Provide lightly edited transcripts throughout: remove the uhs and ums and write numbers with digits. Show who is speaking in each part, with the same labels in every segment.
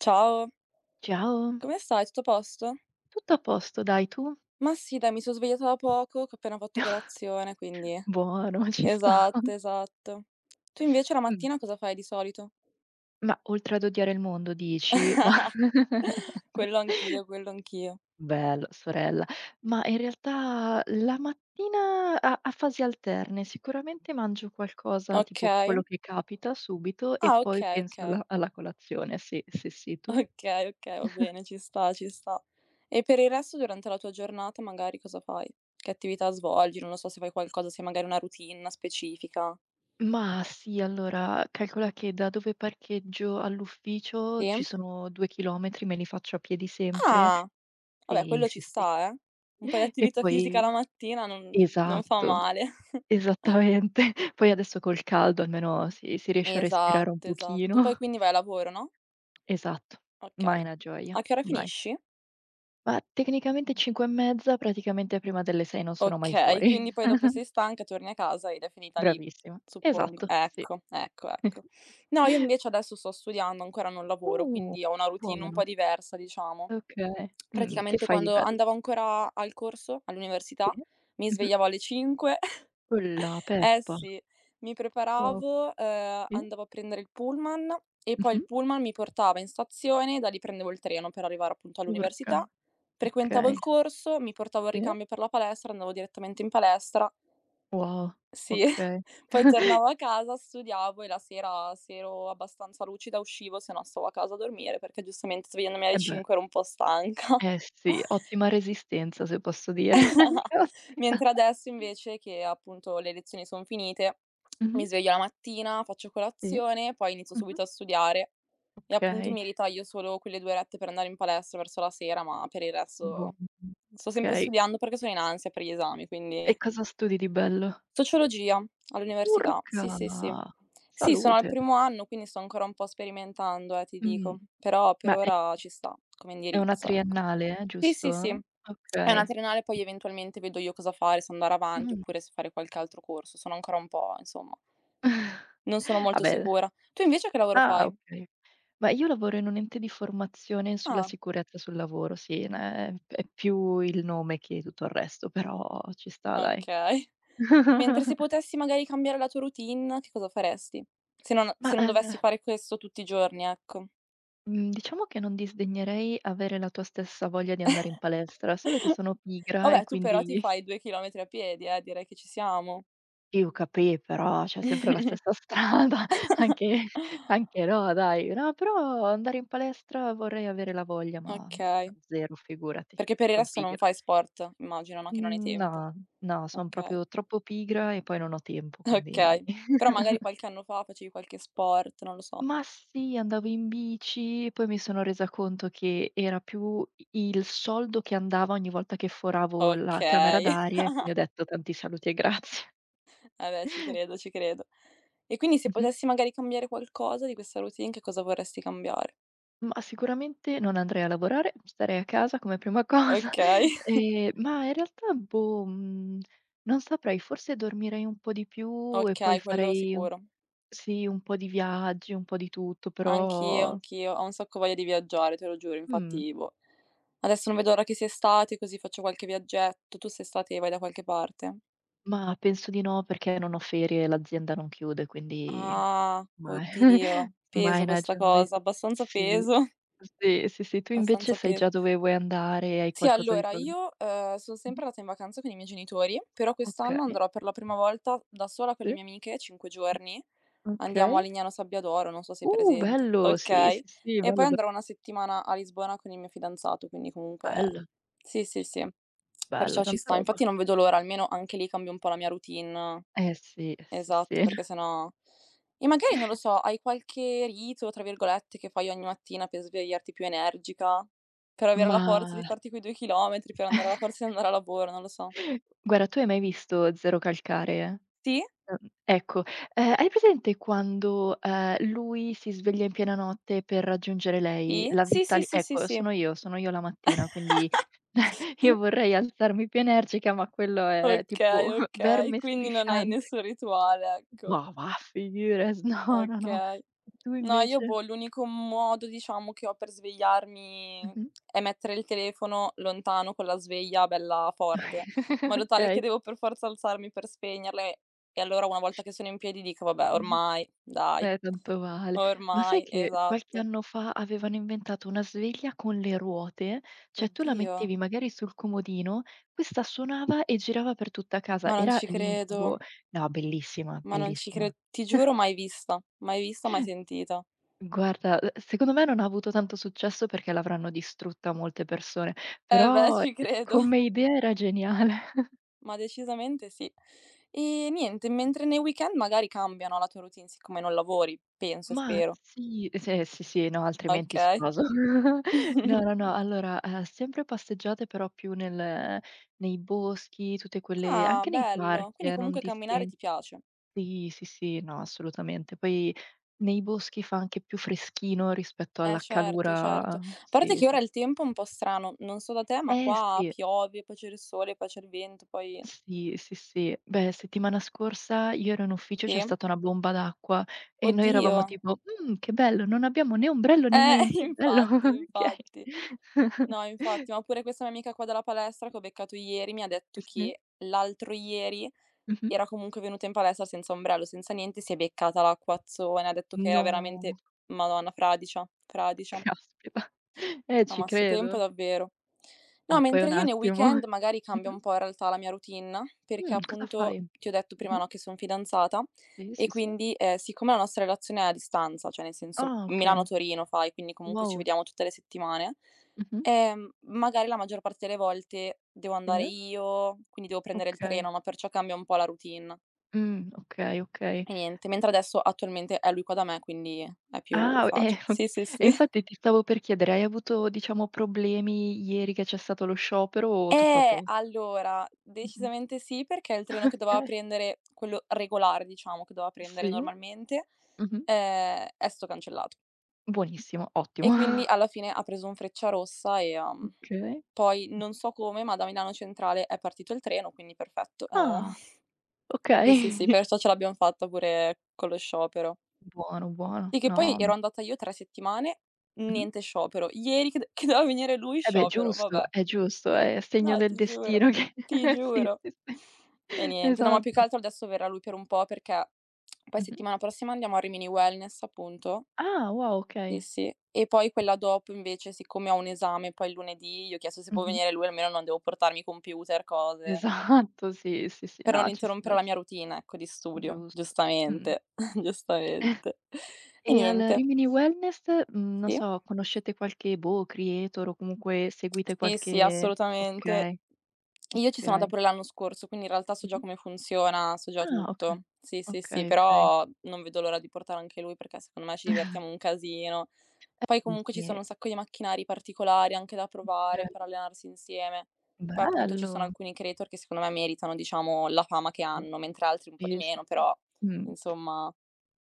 Speaker 1: Ciao,
Speaker 2: Ciao,
Speaker 1: come stai? Tutto a posto?
Speaker 2: tutto a posto dai, tu?
Speaker 1: Ma sì, dai, mi sono svegliata da poco, che ho appena fatto colazione, quindi
Speaker 2: Buono, ci sta.
Speaker 1: esatto, esatto. Tu invece la
Speaker 2: Mh.
Speaker 1: mattina cosa fai di solito?
Speaker 2: Ma oltre ad odiare il mondo dici? Ma
Speaker 1: Quello anch'io, quello anch'io.
Speaker 2: bello, sorella. Ma in realtà la mattina a fasi alterne, sicuramente mangio qualcosa tipo
Speaker 1: Okay.
Speaker 2: quello che capita subito e
Speaker 1: Ah,
Speaker 2: poi
Speaker 1: okay,
Speaker 2: penso
Speaker 1: okay.
Speaker 2: alla colazione. Sì, sì, sì, tu?
Speaker 1: Okay, okay, va bene, ci sta, ci sta. E per il resto durante la tua giornata magari cosa fai? Che attività svolgi? Non lo so se fai qualcosa, se hai magari una routine specifica.
Speaker 2: Mah, sì, allora calcola che da dove parcheggio all'ufficio
Speaker 1: Sì?
Speaker 2: ci sono 2 chilometri, me li faccio a piedi sempre.
Speaker 1: Ah! Vabbè,
Speaker 2: Sì,
Speaker 1: quello ci
Speaker 2: sì, sì.
Speaker 1: sta, eh. Un po' di
Speaker 2: E
Speaker 1: attività
Speaker 2: poi
Speaker 1: fisica la mattina non fa
Speaker 2: esatto,
Speaker 1: male.
Speaker 2: esattamente. Poi adesso col caldo almeno si riesce a respirare un
Speaker 1: Esatto, esatto. Poi
Speaker 2: pochino.
Speaker 1: quindi vai a lavoro, no?
Speaker 2: Esatto,
Speaker 1: Okay.
Speaker 2: mai una gioia,
Speaker 1: A che ora
Speaker 2: mai.
Speaker 1: finisci?
Speaker 2: Ma tecnicamente 5 e mezza, praticamente prima delle 6 non sono mai
Speaker 1: Okay,
Speaker 2: fuori.
Speaker 1: quindi poi dopo sei stanca, torni a casa ed è finita lì,
Speaker 2: Bravissima.
Speaker 1: suppongo.
Speaker 2: Esatto, sì.
Speaker 1: Ecco, ecco, ecco. No, io invece adesso sto studiando, ancora non lavoro,
Speaker 2: Uh,
Speaker 1: quindi ho una routine un po'
Speaker 2: Buono.
Speaker 1: diversa, diciamo.
Speaker 2: Okay. Che
Speaker 1: Praticamente
Speaker 2: fai di
Speaker 1: quando
Speaker 2: bello?
Speaker 1: andavo ancora al corso,
Speaker 2: Sì.
Speaker 1: all'università, mi
Speaker 2: Mh-mh.
Speaker 1: svegliavo alle 5.
Speaker 2: Con la
Speaker 1: Eh
Speaker 2: peppa.
Speaker 1: sì, mi
Speaker 2: Wow,
Speaker 1: preparavo,
Speaker 2: sì.
Speaker 1: andavo a prendere il pullman e poi
Speaker 2: Mh-mh.
Speaker 1: il pullman mi portava in stazione, da lì prendevo il treno per arrivare appunto
Speaker 2: Urca.
Speaker 1: all'università, frequentavo il
Speaker 2: Okay,
Speaker 1: corso, mi portavo il
Speaker 2: sì.
Speaker 1: ricambio per la palestra, andavo direttamente in palestra,
Speaker 2: Wow,
Speaker 1: sì,
Speaker 2: okay.
Speaker 1: poi tornavo a casa, studiavo e la sera se ero abbastanza lucida uscivo, se no stavo a casa a dormire perché giustamente svegliandomi alle
Speaker 2: Eh beh,
Speaker 1: 5 ero un po' stanca.
Speaker 2: eh sì, ottima resistenza se posso dire. Caspita.
Speaker 1: Mentre adesso invece che appunto le lezioni son finite,
Speaker 2: Mh-mh,
Speaker 1: mi sveglio la mattina, faccio
Speaker 2: sì,
Speaker 1: colazione, poi inizio
Speaker 2: mh-mh,
Speaker 1: subito a studiare e appunto
Speaker 2: okay,
Speaker 1: mi ritaglio solo quelle 2 orette per andare in palestra verso la sera, ma per il
Speaker 2: buono,
Speaker 1: resto sto sempre
Speaker 2: okay.
Speaker 1: studiando perché sono in ansia per gli esami,
Speaker 2: E
Speaker 1: quindi
Speaker 2: cosa studi di bello?
Speaker 1: sociologia all'università,
Speaker 2: Urca!
Speaker 1: sì, sì, sì. Sì, sono al
Speaker 2: Salute.
Speaker 1: primo anno, quindi sto ancora un po' sperimentando, ti
Speaker 2: Mh,
Speaker 1: dico, però
Speaker 2: ma
Speaker 1: per
Speaker 2: è
Speaker 1: ora ci sta come
Speaker 2: è una
Speaker 1: indirizzo, ecco.
Speaker 2: triennale,
Speaker 1: Sì, sì, sì.
Speaker 2: giusto?
Speaker 1: È una
Speaker 2: Okay.
Speaker 1: triennale, poi eventualmente vedo io cosa fare, se andare avanti
Speaker 2: Mh.
Speaker 1: oppure se fare qualche altro corso. Sono ancora un po' insomma, non sono molto
Speaker 2: Vabbè.
Speaker 1: sicura. Tu invece che lavoro
Speaker 2: Ah,
Speaker 1: fai?
Speaker 2: okay. Ma io lavoro in un ente di formazione sulla
Speaker 1: Ah,
Speaker 2: sicurezza sul lavoro, sì, n è più il nome che tutto il resto, però ci sta dai.
Speaker 1: okay. Mentre se potessi magari cambiare la tua routine, che cosa faresti? Se non
Speaker 2: Ma,
Speaker 1: se non dovessi fare questo tutti i giorni, ecco.
Speaker 2: mhmm, diciamo che non disdegnerei avere la tua stessa voglia di andare in palestra, solo che sono pigra e
Speaker 1: Vabbè, tu però ti
Speaker 2: quindi
Speaker 1: fai 2 chilometri a piedi, direi che ci siamo.
Speaker 2: Sì ho capì, però c'è sempre la stessa strada, anche anche no dai. No, però andare in palestra vorrei avere la voglia, ma
Speaker 1: Okay,
Speaker 2: zero, figurati,
Speaker 1: perché per il
Speaker 2: son
Speaker 1: resto non
Speaker 2: pigra.
Speaker 1: fai sport? Immagino, no, che non hai
Speaker 2: Mhmm,
Speaker 1: tempo.
Speaker 2: no, no, son
Speaker 1: Okay.
Speaker 2: proprio troppo pigra e poi non ho tempo, quindi
Speaker 1: Okay. Però magari qualche anno fa facevi qualche sport, non lo so.
Speaker 2: Ma sì, andavo in bici, poi mi sono resa conto che era più i il soldo che andava ogni volta che foravo la camera
Speaker 1: Okay,
Speaker 2: d'aria e quindi ho detto: "Tanti saluti e grazie."
Speaker 1: vabbè ci credo, ci credo. E quindi se
Speaker 2: Mh-mh.
Speaker 1: potessi magari cambiare qualcosa di questa routine, che cosa vorresti cambiare?
Speaker 2: Ma sicuramente non andrei a lavorare, starei a casa come prima cosa,
Speaker 1: Okay.
Speaker 2: ma in realtà boh, non saprei, forse dormirei un po' di più e poi
Speaker 1: Okay, quello
Speaker 2: farei
Speaker 1: sicuro.
Speaker 2: sì, un po' di viaggi, un po' di tutto,
Speaker 1: Anch'io,
Speaker 2: però
Speaker 1: anch'io. Ho un sacco voglia di viaggiare, te lo giuro,
Speaker 2: mh,
Speaker 1: infatti, boh, adesso non vedo l'ora che sia estate, così faccio qualche viaggetto. Tu quest'estate vai da qualche parte?
Speaker 2: ma penso di no perché non ho ferie e l'azienda non chiude, quindi
Speaker 1: Ah,
Speaker 2: mai
Speaker 1: oddio,
Speaker 2: mai
Speaker 1: peso
Speaker 2: una
Speaker 1: questa
Speaker 2: gioia.
Speaker 1: cosa, abbastanza
Speaker 2: Sì.
Speaker 1: peso,
Speaker 2: Sì, sì, sì. Tu invece
Speaker 1: abbastanza
Speaker 2: sai
Speaker 1: peso.
Speaker 2: già dove vuoi andare, hai
Speaker 1: Sì,
Speaker 2: qualcosa di
Speaker 1: allora
Speaker 2: pro
Speaker 1: io, son sempre
Speaker 2: mh-mh,
Speaker 1: andata in vacanza con i miei genitori, però quest'anno
Speaker 2: okay,
Speaker 1: andrò per la prima volta da sola con le
Speaker 2: sì.
Speaker 1: mie amiche, 5 giorni. Andiamo a
Speaker 2: Okay.
Speaker 1: Lignano Sabbiadoro, non so se hai presente.
Speaker 2: Bello! Sì, sì,
Speaker 1: Okay.
Speaker 2: sì,
Speaker 1: E poi
Speaker 2: bello, be
Speaker 1: andrò 1 settimana a Lisbona con il mio fidanzato, quindi comunque
Speaker 2: bello,
Speaker 1: sì, sì,
Speaker 2: c
Speaker 1: sì,
Speaker 2: bella,
Speaker 1: perciò ci
Speaker 2: tanta
Speaker 1: sta.
Speaker 2: roba.
Speaker 1: Infatti non vedo l'ora, almeno anche lì cambio un po' la mia routine.
Speaker 2: Sì, eh sì,
Speaker 1: Esatto,
Speaker 2: sì.
Speaker 1: perché sennò e magari non lo so, hai qualche rito, tra virgolette, che fai ogni mattina per svegliarti più energica, per avere la forza di
Speaker 2: Ma
Speaker 1: farti quei 2 chilometri, per andare alla forza di andare a lavoro, non lo so.
Speaker 2: guarda, tu hai mai visto Zero Calcare?
Speaker 1: Sì?
Speaker 2: Ecco, hai presente quando, lui si sveglia in piena notte per raggiungere lei?
Speaker 1: Sì?
Speaker 2: La
Speaker 1: Sì,
Speaker 2: vita
Speaker 1: sì,
Speaker 2: li
Speaker 1: sì, sì,
Speaker 2: ecco,
Speaker 1: sì.
Speaker 2: sono io la mattina, quindi io vorrei alzarmi più energica, ma quello è
Speaker 1: Okay,
Speaker 2: tipo
Speaker 1: okay,
Speaker 2: verme
Speaker 1: quindi non hai
Speaker 2: strisciante.
Speaker 1: nessun rituale,
Speaker 2: No,
Speaker 1: ecco.
Speaker 2: ma va, figures no, no, no.
Speaker 1: Okay.
Speaker 2: Tu
Speaker 1: No, io
Speaker 2: invece?
Speaker 1: boh, l'unico modo diciamo che ho per svegliarmi
Speaker 2: Mh-mh.
Speaker 1: è mettere il telefono lontano con la sveglia bella forte, in modo tale che
Speaker 2: Okay.
Speaker 1: devo per forza alzarmi per spegnerla e allora una volta che sono in piedi dico: "Vabbè
Speaker 2: Mh-mh.
Speaker 1: ormai, dai,
Speaker 2: Tanto vale. Ma sai
Speaker 1: ormai",
Speaker 2: che qualche
Speaker 1: esatto.
Speaker 2: anno fa avevano inventato una sveglia con le ruote? Cioè tu la
Speaker 1: Oddio,
Speaker 2: mettevi magari sul comodino, questa suonava e girava per tutta casa.
Speaker 1: ma non
Speaker 2: Era
Speaker 1: ci
Speaker 2: l'incubo.
Speaker 1: credo,
Speaker 2: No, bellissima,
Speaker 1: ma non ci cre
Speaker 2: bellissima.
Speaker 1: ti giuro mai vista, mai vista, mai sentita.
Speaker 2: Guarda, secondo me non ha avuto tanto successo perché l'avranno distrutta molte persone,
Speaker 1: Eh beh,
Speaker 2: però,
Speaker 1: ci credo.
Speaker 2: come idea era geniale.
Speaker 1: Ma decisamente sì. E niente, mentre nei weekend magari cambia, no, la tua routine siccome non lavori, penso e
Speaker 2: Ma
Speaker 1: spero.
Speaker 2: sì, se sì, sì, no, altrimenti
Speaker 1: Okay.
Speaker 2: sposo. No, no, no, allora, sempre passeggiate però più nel nei boschi, tutte quelle
Speaker 1: Ah,
Speaker 2: anche nei
Speaker 1: bello.
Speaker 2: parchi,
Speaker 1: Quindi
Speaker 2: non
Speaker 1: comunque camminare
Speaker 2: distin
Speaker 1: ti piace.
Speaker 2: sì, sì, sì, no, assolutamente. Poi nei boschi fa anche più freschino rispetto
Speaker 1: Eh
Speaker 2: alla
Speaker 1: certo, certo.
Speaker 2: calura
Speaker 1: A parte
Speaker 2: sì,
Speaker 1: che
Speaker 2: sì,
Speaker 1: ora
Speaker 2: s
Speaker 1: il tempo è un po' strano, non so da te, ma
Speaker 2: eh
Speaker 1: qua
Speaker 2: sì.
Speaker 1: piove, poi c'è il sole, poi c'è il vento, poi
Speaker 2: Sì, sì, sì. Beh, settimana scorsa io ero in ufficio, c'è
Speaker 1: sì?
Speaker 2: stata una bomba d'acqua e noi
Speaker 1: Oddio.
Speaker 2: eravamo tipo: che bello, non abbiamo né ombrello né
Speaker 1: Eh,
Speaker 2: niente, bello,
Speaker 1: infatti,
Speaker 2: okay."
Speaker 1: infatti. No, infatti, ma pure questa mia amica qua della palestra che ho beccato ieri mi ha detto
Speaker 2: Sì.
Speaker 1: che l'altro ieri
Speaker 2: Mh-mh.
Speaker 1: era comunque venuta in palestra senza ombrello, senza niente, si è beccata l'acquazzone, ha detto che era
Speaker 2: No,
Speaker 1: veramente Madonna, fradicia, fradicia.
Speaker 2: caspita.
Speaker 1: No,
Speaker 2: Ci
Speaker 1: ma 'sto tempo
Speaker 2: credo.
Speaker 1: davvero. No,
Speaker 2: Ah, poi
Speaker 1: mentre
Speaker 2: un
Speaker 1: io nei
Speaker 2: attimo.
Speaker 1: weekend magari cambio
Speaker 2: Mh-mh.
Speaker 1: un po' in realtà la mia routine, perché
Speaker 2: Cosa fai?
Speaker 1: appunto ti ho detto prima,
Speaker 2: Mh-mh.
Speaker 1: no, che son fidanzata
Speaker 2: Sì,
Speaker 1: e
Speaker 2: sì, sì.
Speaker 1: quindi, siccome la nostra relazione è a distanza, cioè nel senso
Speaker 2: Ah, okay.
Speaker 1: Milano-Torino fai, quindi comunque ci
Speaker 2: Wow.
Speaker 1: vediamo tutte le settimane,
Speaker 2: Mh-mh.
Speaker 1: magari la maggior parte delle volte devo
Speaker 2: Sì,
Speaker 1: andare
Speaker 2: eh.
Speaker 1: io, quindi devo prendere il
Speaker 2: Okay.
Speaker 1: treno, no, perciò cambia un po' la routine
Speaker 2: Okay, okay.
Speaker 1: e niente. Mentre adesso attualmente è lui qua da me, quindi è più
Speaker 2: Ah,
Speaker 1: facile. Sì,
Speaker 2: oka
Speaker 1: sì,
Speaker 2: e
Speaker 1: sì.
Speaker 2: infatti ti stavo per chiedere, hai avuto diciamo problemi ieri che c'è stato lo sciopero o tutto a pos
Speaker 1: Allora,
Speaker 2: Mh-mh.
Speaker 1: decisamente sì, perché il treno che doveva
Speaker 2: Okay.
Speaker 1: prendere, quello regolare diciamo, che doveva prendere
Speaker 2: Sì.
Speaker 1: normalmente,
Speaker 2: Mh-mh.
Speaker 1: è stato cancellato.
Speaker 2: Buonissimo,
Speaker 1: E
Speaker 2: ottimo.
Speaker 1: quindi alla fine ha preso un Frecciarossa e,
Speaker 2: Okay.
Speaker 1: poi
Speaker 2: Mh.
Speaker 1: non so come, ma da Milano Centrale è partito il treno, quindi perfetto.
Speaker 2: Ah,
Speaker 1: Sì, sì,
Speaker 2: okay.
Speaker 1: sì, perciò ce l'abbiam fatta pure con lo sciopero.
Speaker 2: Buono, buono.
Speaker 1: Sì, che poi
Speaker 2: No,
Speaker 1: ero
Speaker 2: me
Speaker 1: andata io 3 settimane,
Speaker 2: mh-mh.
Speaker 1: niente sciopero. Ieri che d che doveva venire lui,
Speaker 2: Eh beh,
Speaker 1: sciopero, vabbè.
Speaker 2: giusto, è segno
Speaker 1: No,
Speaker 2: del
Speaker 1: ti giuro,
Speaker 2: destino che
Speaker 1: ti
Speaker 2: sì,
Speaker 1: giuro.
Speaker 2: sì,
Speaker 1: E
Speaker 2: sì,
Speaker 1: niente, no, ma più che
Speaker 2: esatto.
Speaker 1: altro adesso verrà lui per un po' perché poi
Speaker 2: Mh-mh.
Speaker 1: settimana prossima andiamo a Rimini Wellness, appunto.
Speaker 2: Ah, wow,
Speaker 1: Sì,
Speaker 2: okay.
Speaker 1: sì. E poi quella dopo invece, siccome ho un esame poi il lunedì, gli ho chiesto se può
Speaker 2: Mh-mh.
Speaker 1: venire lui, almeno non devo portarmi computer, cose,
Speaker 2: Esatto, sì, sì, sì.
Speaker 1: per non
Speaker 2: No, ci
Speaker 1: interrompere
Speaker 2: sta,
Speaker 1: la
Speaker 2: ci
Speaker 1: mia routine, ecco, di studio,
Speaker 2: giusto. Mh.
Speaker 1: giustamente, giustamente. E
Speaker 2: E al
Speaker 1: niente.
Speaker 2: Rimini Wellness, non
Speaker 1: Sì.
Speaker 2: so, conoscete qualche, boh, creator o comunque seguite
Speaker 1: Sì, sì,
Speaker 2: qualche okay,
Speaker 1: assolutamente. Io ci sono
Speaker 2: okay.
Speaker 1: andata pure l'anno scorso, quindi in realtà so già
Speaker 2: Mh-mh.
Speaker 1: come funziona, so già
Speaker 2: Ah, okay.
Speaker 1: tutto. Sì, sì, sì,
Speaker 2: Okay, okay.
Speaker 1: però non vedo l'ora di portare anche lui perché secondo me ci divertiamo un casino. Poi
Speaker 2: Sì,
Speaker 1: comunque ci
Speaker 2: sì,
Speaker 1: sono un sacco di macchinari particolari anche da
Speaker 2: okay.
Speaker 1: provare per allenarsi insieme. Poi appunto ci sono
Speaker 2: Bello!
Speaker 1: alcuni creator che secondo me meritano, diciamo, la fama che
Speaker 2: Sì,
Speaker 1: hanno, mentre altri un po' di
Speaker 2: sì, sì,
Speaker 1: meno,
Speaker 2: sì.
Speaker 1: però
Speaker 2: Mh,
Speaker 1: insomma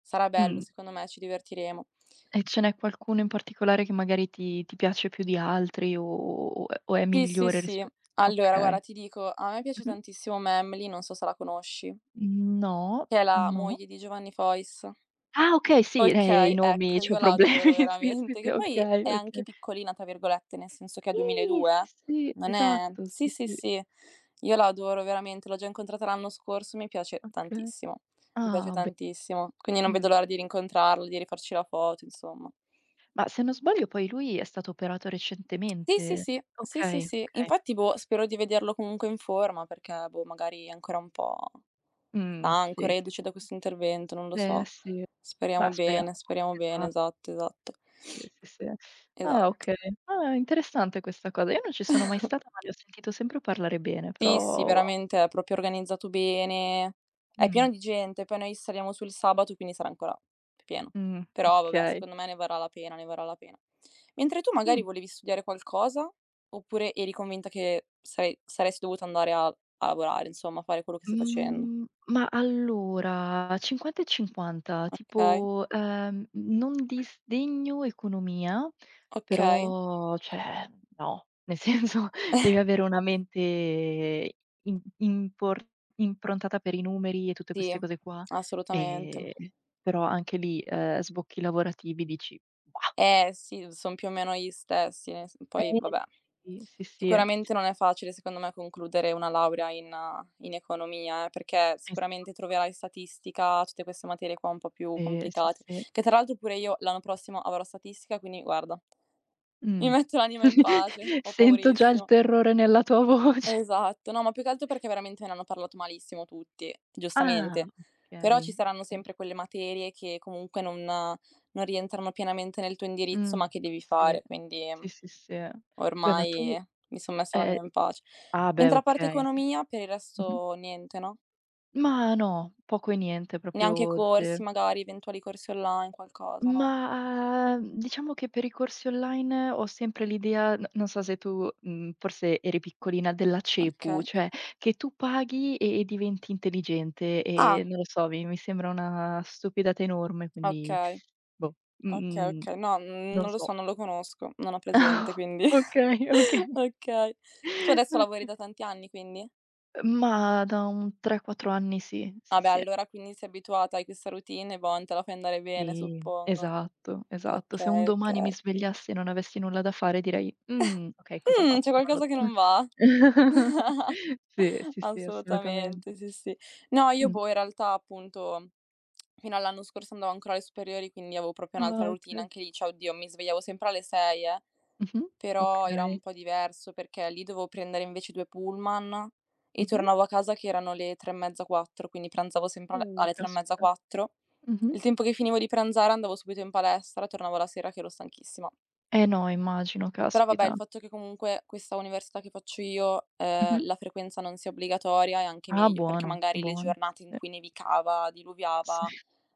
Speaker 1: sarà bello,
Speaker 2: mh.
Speaker 1: secondo me ci divertiremo.
Speaker 2: E ce n'è qualcuno in particolare che magari ti piace più di altri o è
Speaker 1: Sì, sì,
Speaker 2: migliore
Speaker 1: sì.
Speaker 2: rispe
Speaker 1: Allora guarda,
Speaker 2: okay.
Speaker 1: ti dico, a me piace
Speaker 2: Mh-mh.
Speaker 1: tantissimo Memli, non so se la conosci,
Speaker 2: No,
Speaker 1: che è la
Speaker 2: no.
Speaker 1: moglie di Giovanni Fois.
Speaker 2: Ah, okay, sì, i
Speaker 1: Okay,
Speaker 2: nomi
Speaker 1: ecco,
Speaker 2: c'ho
Speaker 1: io la
Speaker 2: problemi.
Speaker 1: adoro
Speaker 2: Sì, sì,
Speaker 1: veramente,
Speaker 2: sì,
Speaker 1: che poi
Speaker 2: okay,
Speaker 1: è anche
Speaker 2: okay.
Speaker 1: "piccolina" tra virgolette, nel senso che ha
Speaker 2: Sì, sì,
Speaker 1: 2002,
Speaker 2: sì,
Speaker 1: non è
Speaker 2: esatto,
Speaker 1: sì,
Speaker 2: sì,
Speaker 1: sì,
Speaker 2: sì,
Speaker 1: sì, io la adoro veramente, l'ho già incontrata l'anno scorso,
Speaker 2: okay.
Speaker 1: mi piace
Speaker 2: Ah, beh,
Speaker 1: tantissimo, quindi non
Speaker 2: mh.
Speaker 1: vedo l'ora di rincontrarlo, di rifarci la foto, insomma.
Speaker 2: Ma se non sbaglio poi lui è stato operato
Speaker 1: Sì, sì,
Speaker 2: recentemente.
Speaker 1: sì. Sì, sì,
Speaker 2: Okay,
Speaker 1: sì.
Speaker 2: okay.
Speaker 1: Infatti, boh, spero di vederlo comunque in forma perché, boh, magari è ancora un po'
Speaker 2: Mh,
Speaker 1: stanco,
Speaker 2: sì che
Speaker 1: reduce da questo intervento, non lo
Speaker 2: eh
Speaker 1: so.
Speaker 2: sì, ma speriamo
Speaker 1: Speriamo bene,
Speaker 2: esatto,
Speaker 1: esatto, esatto.
Speaker 2: sì, sì. Sì.
Speaker 1: Esa
Speaker 2: Ah, okay. Ah, interessante questa cosa. Io non ci sono mai stata, ma ne ho sentito sempre parlare bene,
Speaker 1: Sì, sì,
Speaker 2: però wow.
Speaker 1: veramente è proprio organizzato bene, è pieno
Speaker 2: Mh,
Speaker 1: di gente, poi noi saliamo sul sabato, quindi sarà ancora più pieno. Però vabbè,
Speaker 2: okay.
Speaker 1: secondo me ne varrà la pena, ne varrà la pena. Mentre tu
Speaker 2: Mh.
Speaker 1: magari volevi studiare qualcosa, oppure eri convinta che saresti dovuta andare a lavorare, insomma, a fare quello che stai facendo.
Speaker 2: Mhmm, ma allora 50 e 50,
Speaker 1: Okay,
Speaker 2: tipo, non disdegno economia,
Speaker 1: okay.
Speaker 2: però cioè no, nel senso devi avere una mente im impor improntata per i numeri e tutte
Speaker 1: Sì,
Speaker 2: queste cose qua,
Speaker 1: assolutamente.
Speaker 2: ehm, però anche lì, sbocchi lavorativi dici: "Mah".
Speaker 1: Eh sì, son più o meno gli stessi, nel s poi
Speaker 2: Eh
Speaker 1: vabbè.
Speaker 2: sì, sì, sì, eh.
Speaker 1: Sicuramente non è facile secondo me concludere una laurea in economia, perché sicuramente
Speaker 2: Esatto,
Speaker 1: troverai statistica, tutte queste materie qua un po' più
Speaker 2: sì, sì,
Speaker 1: complicate,
Speaker 2: sì.
Speaker 1: che tra l'altro pure io l'anno prossimo avrò statistica, quindi guarda, mi
Speaker 2: Mh.
Speaker 1: metto l'anima in pace, ho
Speaker 2: Sento già il
Speaker 1: paurissima.
Speaker 2: terrore nella tua voce.
Speaker 1: Esatto, no, ma più che altro perché veramente ne hanno parlato malissimo tutti,
Speaker 2: Ah,
Speaker 1: giustamente. Però ci
Speaker 2: okay,
Speaker 1: saranno
Speaker 2: okay.
Speaker 1: sempre quelle materie che comunque non rientrano pienamente nel tuo indirizzo,
Speaker 2: Mh.
Speaker 1: ma che devi
Speaker 2: Sì,
Speaker 1: fare, quindi
Speaker 2: sì, sì, sì. Beh, ma tu
Speaker 1: ormai mi son messa
Speaker 2: ehm,
Speaker 1: l'anima in pace.
Speaker 2: ah beh,
Speaker 1: Mentre a parte
Speaker 2: okay.
Speaker 1: economia, per il
Speaker 2: Mh-mh.
Speaker 1: resto niente, no?
Speaker 2: Ma no, poco e niente, proprio
Speaker 1: Neanche corsi
Speaker 2: 0.
Speaker 1: magari, eventuali corsi online, qualcosa, no?
Speaker 2: Ma, diciamo che per i corsi online ho sempre l'idea n non so se tu, forse eri piccolina, della
Speaker 1: Okay.
Speaker 2: cepu, cioè che tu paghi e diventi intelligente
Speaker 1: Ah,
Speaker 2: e non lo so, mi sembra una stupidata enorme, quindi
Speaker 1: okay.
Speaker 2: boh,
Speaker 1: Okay,
Speaker 2: mhmm,
Speaker 1: okay. No,
Speaker 2: non
Speaker 1: non lo so,
Speaker 2: so.
Speaker 1: non lo conosco, non ho presente quindi.
Speaker 2: Okay, okay,
Speaker 1: Okay. Tu adesso lavori
Speaker 2: okay.
Speaker 1: da tanti anni quindi?
Speaker 2: Ma da un 3, 4 anni sì,
Speaker 1: Ah
Speaker 2: sì,
Speaker 1: beh,
Speaker 2: sì.
Speaker 1: allora quindi sei abituata, hai questa routine, e buon, te la fai andare bene
Speaker 2: Sì,
Speaker 1: suppongo.
Speaker 2: esatto, esatto. Se un
Speaker 1: Okay,
Speaker 2: domani mi
Speaker 1: okay.
Speaker 2: svegliassi e non avessi nulla da fare direi: "Mhmm, okay, cosa
Speaker 1: C'è
Speaker 2: faccio? Non lo
Speaker 1: qualcosa che non va?
Speaker 2: so." Sì, sì, sì, assolutamente.
Speaker 1: Assolutamente, sì, sì. No, io
Speaker 2: Mh.
Speaker 1: boh, in realtà appunto fino all'anno scorso andavo ancora alle superiori, quindi avevo proprio un'altra
Speaker 2: Ah,
Speaker 1: routine
Speaker 2: okay.
Speaker 1: anche lì, cioè oddio mi svegliavo sempre alle 6 eh.
Speaker 2: Mh-mh.
Speaker 1: Però era un
Speaker 2: Okay.
Speaker 1: po' diverso perché lì dovevo prendere invece 2 pullman e
Speaker 2: Mh-mh.
Speaker 1: tornavo a casa che erano le 3 e mezza, 4, quindi pranzavo sempre al alle 3 e mezza,
Speaker 2: Caspita.
Speaker 1: 4.
Speaker 2: Mh-mh.
Speaker 1: Il tempo che finivo di pranzare andavo subito in palestra, tornavo la sera che ero stanchissima.
Speaker 2: Eh no, immagino,
Speaker 1: Però vabbè, il
Speaker 2: caspita.
Speaker 1: fatto che comunque questa università che faccio io,
Speaker 2: Mh-mh.
Speaker 1: la frequenza non sia obbligatoria è anche
Speaker 2: Ah,
Speaker 1: meglio, perché
Speaker 2: buono,
Speaker 1: magari le
Speaker 2: buono.
Speaker 1: giornate in
Speaker 2: Sì.
Speaker 1: cui nevicava,
Speaker 2: Sì.
Speaker 1: diluviava,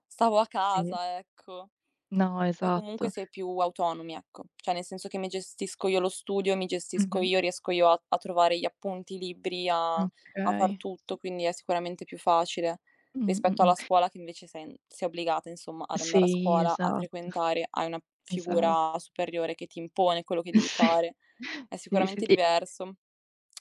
Speaker 1: stavo a
Speaker 2: Sì.
Speaker 1: casa, ecco.
Speaker 2: No,
Speaker 1: Poi comunque
Speaker 2: esatto.
Speaker 1: si è più autonomi, ecco. Cioè nel senso che mi gestisco io lo studio, mi gestisco
Speaker 2: Mh-mh.
Speaker 1: io, riesco io a trovare gli appunti, i libri, a far
Speaker 2: Okay.
Speaker 1: tutto,
Speaker 2: Sì.
Speaker 1: quindi è sicuramente più facile rispetto alla
Speaker 2: Mh-mh.
Speaker 1: scuola che invece sei obbligata, insomma, ad andare a
Speaker 2: Sì,
Speaker 1: scuola, a
Speaker 2: esatto,
Speaker 1: frequentare, hai una
Speaker 2: esatto.
Speaker 1: figura superiore che ti impone quello che devi
Speaker 2: Sì.
Speaker 1: fare. È
Speaker 2: Sì, sì.
Speaker 1: sicuramente
Speaker 2: E
Speaker 1: diverso,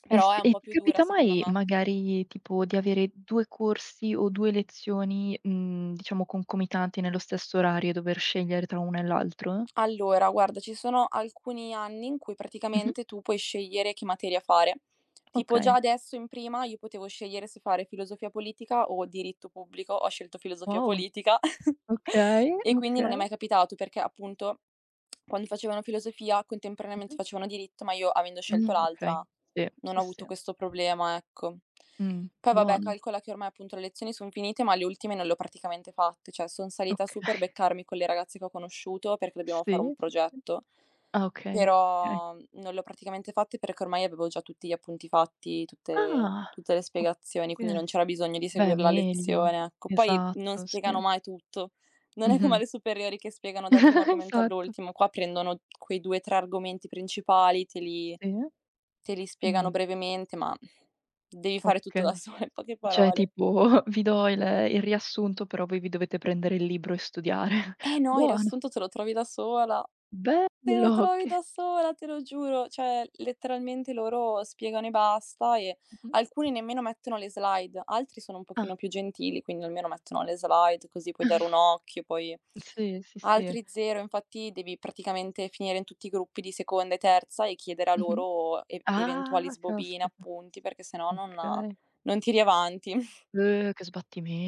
Speaker 2: e s
Speaker 1: però è un
Speaker 2: e
Speaker 1: po'
Speaker 2: ti
Speaker 1: più dura
Speaker 2: capita
Speaker 1: secondo
Speaker 2: mai
Speaker 1: me.
Speaker 2: magari tipo di avere 2 corsi o 2 lezioni, diciamo concomitanti nello stesso orario e dover scegliere tra uno e l'altro?
Speaker 1: Allora, guarda, ci sono alcuni anni in cui
Speaker 2: Mh-mh.
Speaker 1: praticamente tu puoi scegliere che materia fare. Tipo già
Speaker 2: Okay.
Speaker 1: adesso in prima io potevo scegliere se fare filosofia politica o diritto pubblico, ho scelto filosofia
Speaker 2: Wow.
Speaker 1: politica
Speaker 2: Okay,
Speaker 1: e quindi non è
Speaker 2: okay.
Speaker 1: mai capitato perché appunto quando facevano filosofia contemporaneamente
Speaker 2: Mh-mh.
Speaker 1: facevano diritto, ma io avendo scelto
Speaker 2: Okay.
Speaker 1: l'altra
Speaker 2: Sì,
Speaker 1: non ho
Speaker 2: sì,
Speaker 1: avuto
Speaker 2: sì.
Speaker 1: questo problema, ecco. Poi vabbè,
Speaker 2: Buono.
Speaker 1: calcola che ormai appunto le lezioni son finite, ma le ultime non le ho praticamente fatte, cioè son salita
Speaker 2: Okay.
Speaker 1: su per beccarmi con le ragazze che ho conosciuto perché dobbiamo fare un
Speaker 2: Sì, sì, sì.
Speaker 1: progetto,
Speaker 2: Ah, okay. Okay.
Speaker 1: però, non le ho praticamente fatte perché ormai avevo già tutti gli appunti fatti, tutte
Speaker 2: Ah,
Speaker 1: tutte le spiegazioni, quindi
Speaker 2: okay.
Speaker 1: non c'era bisogno di
Speaker 2: Beh,
Speaker 1: seguir la
Speaker 2: meglio.
Speaker 1: lezione, ecco. Poi non
Speaker 2: Esatto, sì.
Speaker 1: spiegano mai tutto. Non è come
Speaker 2: Mh-mh.
Speaker 1: alle superiori che spiegano dal primo argomento
Speaker 2: Esatto.
Speaker 1: all'ultimo, qua prendono quei 2, 3 argomenti principali, te li
Speaker 2: Sì.
Speaker 1: Te li spiegano
Speaker 2: Mh,
Speaker 1: brevemente, ma devi fare tutto da
Speaker 2: okay.
Speaker 1: sola in poche
Speaker 2: Cioè
Speaker 1: parole.
Speaker 2: tipo vi do il riassunto, però voi vi dovete prendere il libro e studiare.
Speaker 1: Eh no, il
Speaker 2: Buono,
Speaker 1: riassunto te lo trovi da sola, te lo
Speaker 2: bello
Speaker 1: trovi
Speaker 2: che
Speaker 1: da sola, te lo giuro. Cioè, letteralmente loro spiegano e basta e
Speaker 2: Mh-mh.
Speaker 1: alcuni nemmeno mettono le slide, altri sono un
Speaker 2: Ah.
Speaker 1: pochino più gentili, quindi almeno mettono le slide così puoi dare un occhio, poi
Speaker 2: Sì, sì, sì.
Speaker 1: altri zero. Infatti devi praticamente finire in tutti i gruppi di seconda e terza e chiedere a
Speaker 2: Mh-mh.
Speaker 1: loro e eventuali
Speaker 2: Ah,
Speaker 1: sbobine,
Speaker 2: caspita.
Speaker 1: appunti, perché se no non
Speaker 2: Okay.
Speaker 1: non tiri avanti.
Speaker 2: Che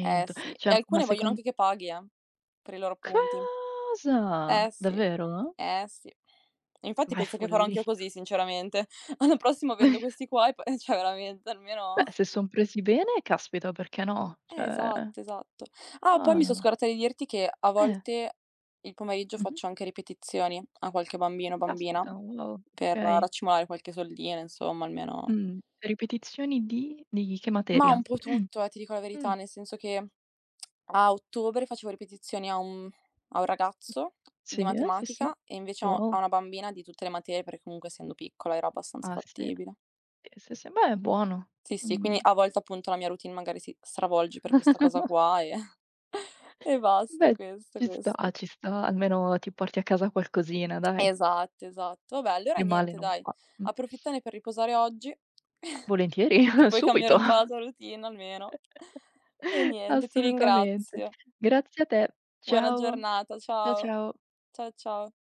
Speaker 1: Eh sì, e
Speaker 2: Cioè, ma
Speaker 1: alcune vogliono
Speaker 2: secon
Speaker 1: anche che paghi, per i loro punti. Eh
Speaker 2: cosa?
Speaker 1: sì,
Speaker 2: Davvero?
Speaker 1: eh sì. Infatti
Speaker 2: Ma è
Speaker 1: penso che farò anch'io
Speaker 2: follia.
Speaker 1: così sinceramente. L'anno prossimo vendo questi qua e poi cioè veramente almeno
Speaker 2: Beh, se son presi bene, caspita, perché no? Cioè
Speaker 1: esatto, esatto. Ah, poi
Speaker 2: no, no,
Speaker 1: mi son
Speaker 2: no.
Speaker 1: scordata di dirti che a
Speaker 2: Eh,
Speaker 1: volte il pomeriggio
Speaker 2: mh-mh.
Speaker 1: faccio anche ripetizioni a qualche bambino o bambina
Speaker 2: Caspita, wow,
Speaker 1: per
Speaker 2: okay.
Speaker 1: raccimolare qualche soldino, insomma, almeno
Speaker 2: Ripetizioni di che
Speaker 1: ma
Speaker 2: materia?
Speaker 1: un po' tutto, ti dico la
Speaker 2: Mh.
Speaker 1: verità, nel senso che a ottobre facevo ripetizioni a un ragazzo di
Speaker 2: Sì, sì, sì.
Speaker 1: matematica e invece a
Speaker 2: Wow.
Speaker 1: una bambina di tutte le materie, perché comunque essendo piccola era abbastanza
Speaker 2: Ah, sì.
Speaker 1: fattibile.
Speaker 2: Sì, sì, sì. Beh, è buono.
Speaker 1: Sì, sì,
Speaker 2: Mh.
Speaker 1: quindi a volte appunto la mia routine magari si stravolge per questa cosa qua e e basta,
Speaker 2: Beh,
Speaker 1: questo,
Speaker 2: ci sta, ah,
Speaker 1: questo.
Speaker 2: ci sta, almeno ti porti a casa qualcosina dai,
Speaker 1: Esatto, esatto. Vabbè, allora
Speaker 2: che male
Speaker 1: niente
Speaker 2: non
Speaker 1: dai,
Speaker 2: fa. Mh.
Speaker 1: approfittane per riposare oggi,
Speaker 2: Volentieri,
Speaker 1: che puoi cambiare
Speaker 2: subito.
Speaker 1: un po' la tua routine almeno. E niente, ti
Speaker 2: Assolutamente.
Speaker 1: ringrazio.
Speaker 2: Grazie a te.
Speaker 1: Buona
Speaker 2: Ciao.
Speaker 1: giornata, ciao.
Speaker 2: Ciao.
Speaker 1: Ciao, ciao.